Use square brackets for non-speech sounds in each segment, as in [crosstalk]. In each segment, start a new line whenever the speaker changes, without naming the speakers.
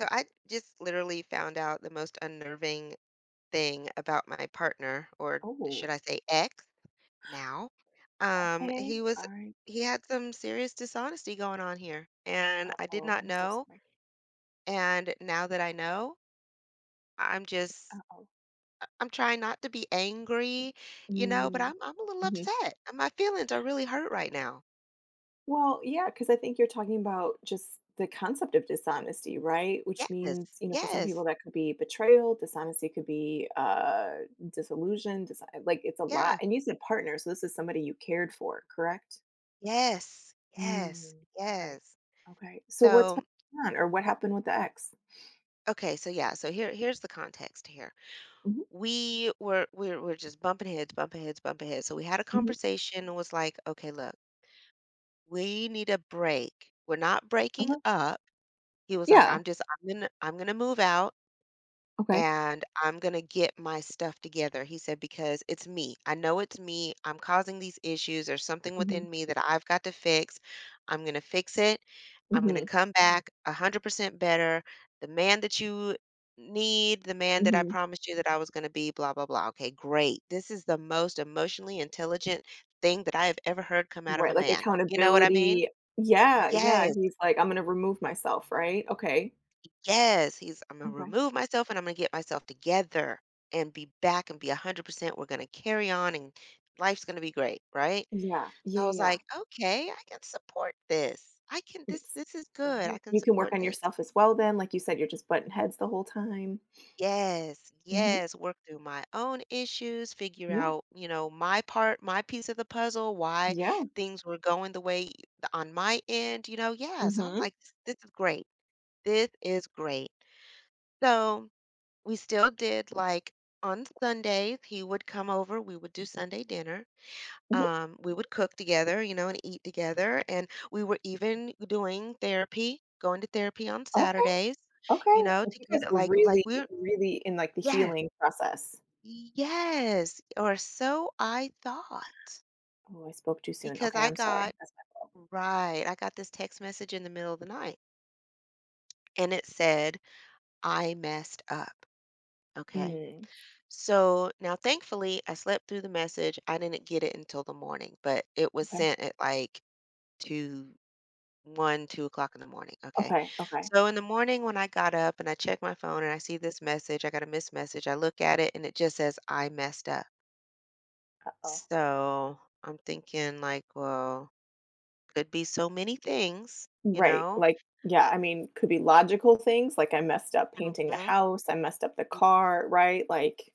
So I just literally found out the most unnerving thing about my partner, or should
Oh,
I say ex now.
okay.
He was
All right.
he had some serious dishonesty going on here, and I did
Uh-oh,
not
I'm so
know.
sorry.
And now that I know, I'm just
Uh-oh.
I'm trying not to be angry, you know, but I'm
Mm,
I'm a little
mhm.
upset. And My feelings are really hurt right now.
Well, yeah, because I think you're talking about just the concept of dishonesty, right? Which
Yes,
means, you know, for some
yes,
people that could be betrayal, dishonesty could be disillusion, dis- like it's a lot.
yeah,
And you said partner, so this is somebody you cared for, correct?
yes, yes,
Mm. Okay.
yes.
Okay. So what's been
So
going on or what happened with the ex?
okay, so yeah, so here's the context here.
Mhm,
We were just bumping heads, bumping heads, bumping heads. So we had a
mhm.
conversation and was like, "Okay, look, we need a break. We're not
Okay.
breaking up." He was like,
Yeah.
"I'm just I'm gonna move out
Okay.
and I'm going to get my stuff together." He said, because it's me. I know it's me. I'm causing these issues. There's something
Hmm.
within me that I've got to fix. I'm going to fix it. I'm going to
Hmm.
come back 100% better. The man that you need, the man that I
Hmm.
promised you that I was going to be, blah, blah, blah. Okay, great. This is the most emotionally intelligent thing that I have ever heard come out of a
Right, like
man. You know what I mean?
accountability. Yeah, yeah,
Yes.
he's like, "I'm gonna remove myself," right? Okay,
Yes, he's, I'm going to
okay.
remove myself and I'm going to get myself together and be back and be 100%. We're going to carry on and life's going to be great, right?
Yeah, yeah,
So I was
yeah.
like, okay, I can support this. I can, this,
It's
this is good. I
Right?
can
You can work
support
on
this.
yourself as well then, like you said, you're just butting heads the whole time.
Yes,
Mhm.
yes, work through my own issues, figure
Yeah,
out, you know, my part, my piece of the puzzle, why
yeah.
things were going the way on my end, you know, yeah. So I'm
Mhm,
like, this is great. This is great. So we still did like on Sundays, he would come over, we would do Sunday dinner.
mhm.
We would cook together, you know, and eat together. And we were even doing therapy, going to therapy on
Okay,
Saturdays,
okay.
you know,
Like, you guys
together.
were
Like
really,
we're,
really in, like, the
yes,
healing process.
yes, or so I thought,
Oh, I spoke too soon.
because
Okay,
I
I'm sorry.
got,
That's my fault.
right, I got this text message in the middle of the night and it said, I messed up. Okay.
Mm,
So now, thankfully, I slept through the message. I didn't get it until the morning, but it was
okay,
sent at like two, one, 2 o'clock in the morning. Okay.
okay, okay.
So in the morning, when I got up and I checked my phone and I see this message, I got a missed message. I look at it and it just says, I messed up.
Uh-oh.
So I'm thinking, like, well, could be so many things, you
Right,
know?
like yeah, I mean, could be logical things, like I messed up painting the
hmm
house, I messed up the car, right? Like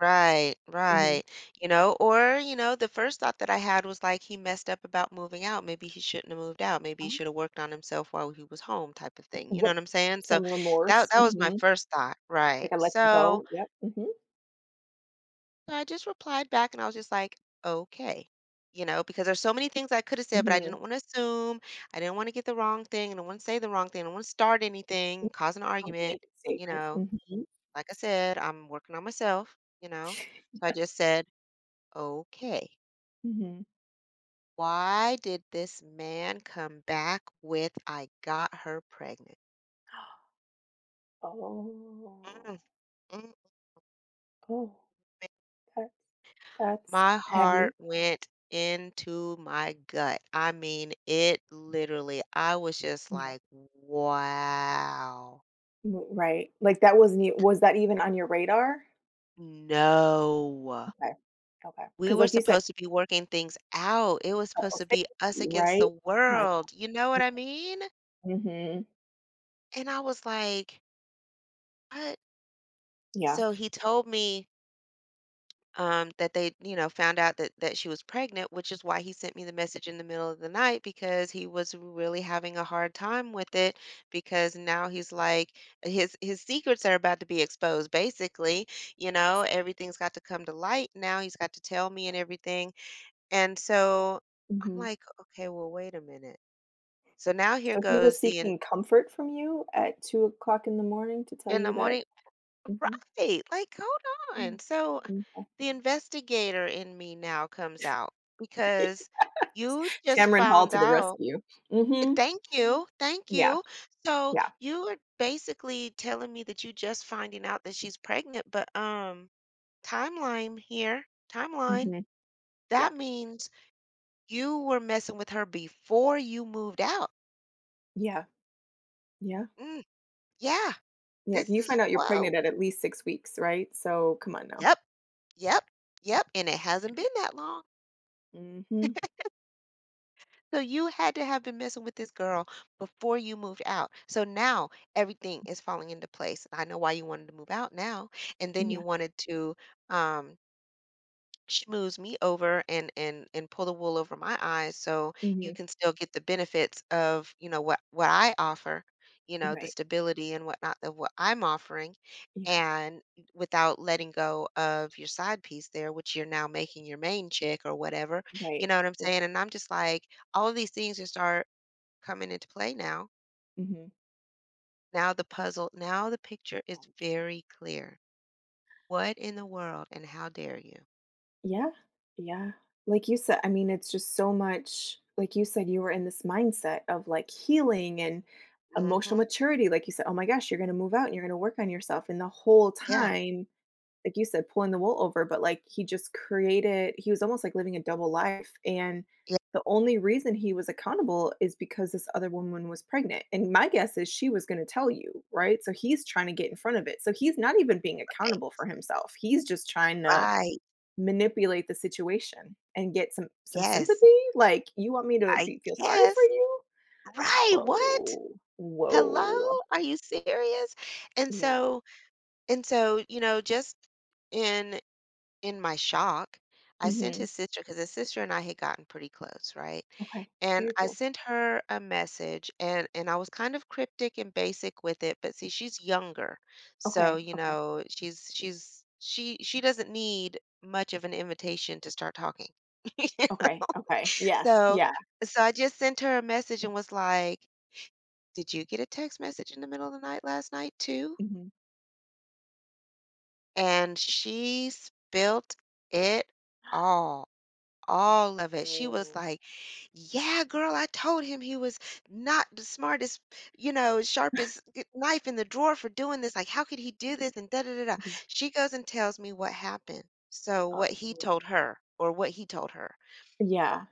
Right, right.
mhm.
You know, or, you know, the first thought that I had was like he messed up about moving out. Maybe he shouldn't have moved out. Maybe he
Oh.
should have worked on himself while he was home type of thing. You know
What
what I'm saying? So
some
that
remorse,
that was my
mhm,
first thought, right.
like I let you
So
go, yep, mhm,
so I just replied back and I was just like, "Okay." You know, because there's so many things I could have said, but I
mhm,
didn't want to assume. I didn't want to get the wrong thing. I don't want to say the wrong thing. I don't want to start anything,
yeah,
cause an
a
argument.
blanket
You
statement,
know,
mhm,
like I said, I'm working on myself, you know. So I just said, okay.
mhm.
Why did this man come back with I got her pregnant?
Oh,
Mm, mm,
oh, that's that's
my
heavy,
heart went into my gut. I mean, it literally, I was just
yeah,
like, wow,
w right, like that wasn't e was that even on your radar?
no.
Okay. Okay.
We
Because,
were
like you said,
supposed to be working things out. It was supposed
couples
to be us
therapy,
against
right?
the
Come on,
world. You know what I mean?
mhm,
And I was like, what?
yeah.
So he told me that they, you know, found out that she was pregnant, which is why he sent me the message in the middle of the night because he was really having a hard time with it because now he's like his secrets are about to be exposed basically, you know, everything's got to come to light now. He's got to tell me and everything. And so I'm
Mhm.
like, okay, well, wait a minute. So now here
So he
goes
was
the
seeking comfort from you at 2 o'clock in the morning to tell
in the
you that
morning.
mhm,
Right. Like, hold on.
mm,
So
m'kay.
the investigator in me now comes out because you just
Tamron Hall
found
to the
out.
rescue. Mhm.
Thank you. Thank
Yeah,
you. So
yeah.
you are basically telling me that you just finding out that she's pregnant, but timeline here, timeline.
Mhm. Yeah.
That means you were messing with her before you moved out.
Yeah. Yeah.
Mm, yeah.
Yeah,
This
you
is
find out you're pregnant
whoa.
at least 6 weeks, right? So, come on now.
Yep. Yep. Yep. And it hasn't been that long.
Mhm.
So you had to have been messing with this girl before you moved out. So now everything is falling into place. I know why you wanted to move out now. And then you
Yeah.
wanted to um schmooze me over and pull the wool over my eyes so you
Mhm.
can still get the benefits of you know what I offer, you know, the
Right.
stability and whatnot of what I'm offering,
Yeah.
and without letting go of your side piece there, which you're now making your main chick or whatever, you
Right.
know what I'm
Right.
saying, and I'm just like all of these things just start coming into play now.
Mhm.
Now the puzzle, now the picture is
Oh, man.
very clear. What in the world, and how dare you?
Yeah, yeah. Like you said, I mean, it's just so much like you said, you were in this mindset of like healing and emotional
hmm
maturity. Like you said, oh my gosh, you're going to move out and you're going to work on yourself. And the whole
yeah,
time, like you said, pulling the wool over, but like he just created, he was almost like living a double life. And
yeah,
the only reason he was accountable is because this other woman was pregnant. And my guess is she was going to tell you, right? So he's trying to get in front of it. So he's not even being accountable for himself. He's just trying to
right.
manipulate the situation and get some
Yes,
sympathy? Like, you want me to
I
be feel sorry for
guess.
you?
Right, what?
Whoa.
Hello?
Whoa.
Are you serious? And
Yeah.
so and so, you know, just in in my shock, I sent
Mhm.
his sister because his sister and I had gotten pretty close, right?
Okay.
And
Very
I
cool.
sent her a message and I was kind of cryptic and basic with it, but see, she's younger. So,
Okay.
you
Okay.
know, she doesn't need much of an invitation to start talking. [laughs]
Okay. Okay. Yes.
So
Yeah.
so I just sent her a message and was like, "Did you get a text message in the middle of the night last night too?"
Mhm.
And she spilt it all, all of it. She was
Oh,
like, "Yeah, girl, I told him he was not the smartest, you know, sharpest knife in the drawer for doing this. Like, how could he do this?" And da da da da.
yeah.
She goes and tells me what happened. So
Oh,
what he
oh.
told her, or what he told her.
Yeah.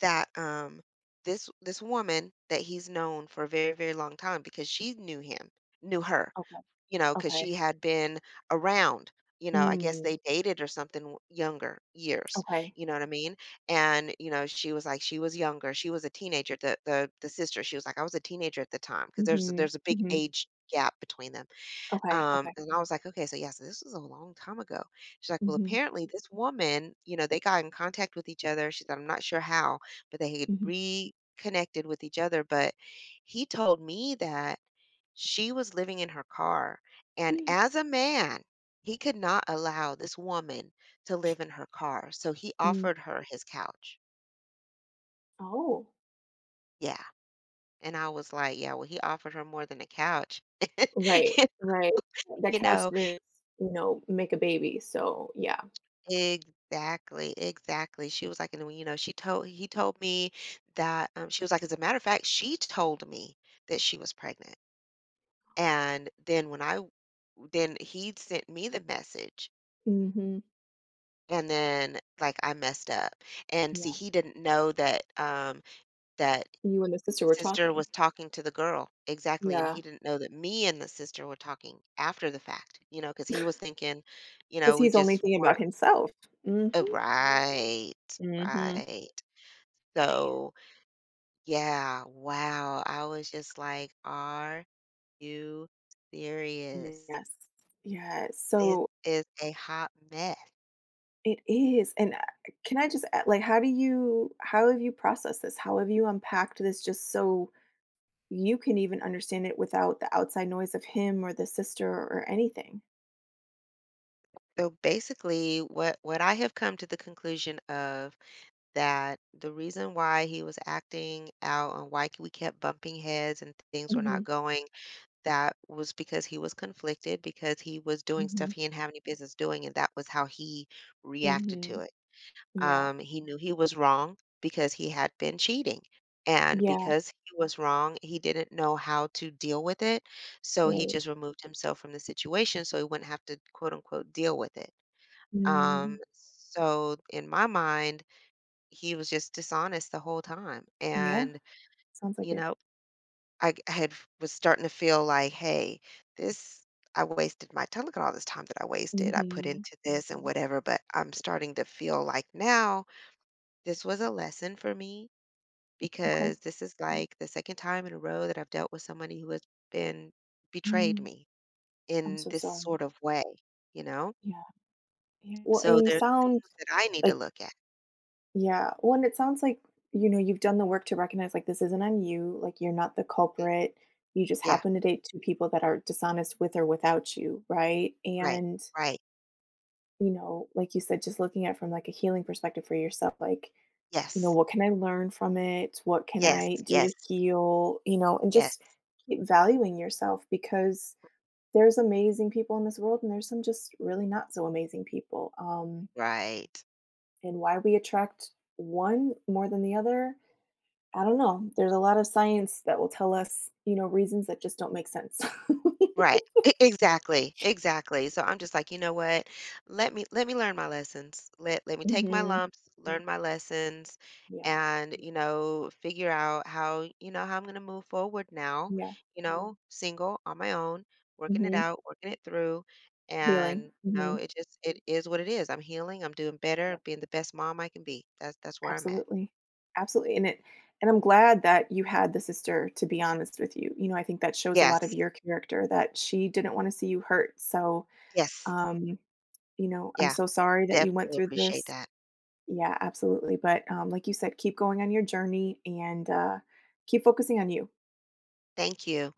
That this this woman that he's known for a very, very long time, because she knew him, knew her,
Okay.
you know, because she
Okay.
had been around. You know, I guess
Mm.
they dated or something, younger years,
Okay.
you know what I mean. And, you know, she was like, she was younger, she was a teenager, the sister. She was like, I was a teenager at the time because there's
Mhm.
there's a big
Mhm.
age gap between them.
Okay. Okay.
And I was like, "Okay, so yeah, so this was a long time ago." She's like, "Well,
Mhm.
apparently this woman, you know, they got in contact with each other." She said, "I'm not sure how, but they had
Mhm.
reconnected with each other." But he told me that she was living in her car, and as a man, he could not allow this woman to live in her car, so he
Mm.
offered her his couch.
Oh,
Yeah, and I was like, "Yeah, well, he offered her more than a couch."
right.
[laughs]
Right. That
You
couch
know?
didn't, you know, make a baby, so yeah.
Exactly, exactly. She was like, and you know, she told he told me that she was like, as a matter of fact, she told me that she was pregnant, and then when I, then he sent me the message,
Mhm.
and then like I messed up, and see,
Yeah.
he didn't know that that
You and the
the
sister were
sister
talking.
was talking to the girl, exactly, and
Yeah,
he didn't know that me and the sister were talking after the fact, you know, because he was thinking, you
because
know, we
he's only
just
thinking about
weren't
himself. Mhm.
right,
Mhm.
right. So, yeah, wow. I was just like, "Are you
Man.
serious?
Yes. Yes.
This
So
is a hot mess."
it is, and, can I just a like, how do you how have you processed this? How have you unpacked this just so you can even understand it without the outside noise of him or the sister or anything?
So basically, what I have come to the conclusion of, that the reason why he was acting out and why we kept bumping heads and things were not
Mhm.
going, that was because he was conflicted because he was doing stuff
Mhm.
he didn't have any business doing, and that was how he reacted to
Mhm.
it.
Yeah.
He knew he was wrong because he had been cheating. And
Yeah.
because he was wrong, he didn't know how to deal with it. So he
Right.
just removed himself from the situation so he wouldn't have to, quote unquote, deal with it.
Mm.
So in my mind, he was just dishonest the whole time.
Yeah.
And,
Sounds like
you
it.
know, I g- had f- was starting to feel like, hey, this I wasted my time. Look at all this time that I wasted. I put
Mhm.
into this and whatever, but I'm starting to feel like now this was a lesson for me
Okay.
because this is like the second time in a row that I've dealt with somebody who has been betrayed
Mm.
me
I'm
in
so
this
sorry.
sort of way, you know?
Yeah, yeah. Well,
So
and you
there's things
sound
that I need to
like
look at.
yeah. Well, and it sounds like, you know, you've done the work to recognize like this isn't on you, like you're not the
Mm,
culprit. You just
yeah,
happen to date two people that are dishonest with or without you, right?
right,
And,
right.
you know, like you said, just looking at it from like a healing perspective for yourself, like, you know,
Yes,
what can I learn from it? What can
yes,
I do to
yes,
heal? You know, and
yes,
just keep valuing yourself because there's amazing people in this world and there's some just really not so amazing people.
right.
And why we attract one more than the other, I don't know. There's a lot of science that will tell us, you know, reasons that just don't make sense.
Right. E Exactly, exactly. So I'm just like, "You know what? Let me learn my lessons. Let let me
[laughs]
take my
Hmm.
lumps, learn my lessons,
Yeah.
and, you know, figure out how, you know, how I'm gonna move forward now,
Yeah.
you know, single, on my own, working it
Hmm.
out, working it through."
Healing.
And, you know,
Hmm.
it just it is what it is. I'm healing, I'm doing better,
Yep.
being the best mom I can be. That's where I'm at.
Absolutely. Absolutely. And I'm glad that you had the sister to be honest with you. You know, I think that shows a lot of
Yes,
your character that she didn't want to see you hurt. So
yes.
um you know, I'm
Yeah,
so sorry that you went
definitely
through
appreciate
this.
that.
Yeah, absolutely. But like you said, keep going on your journey and keep focusing on you.
Thank you.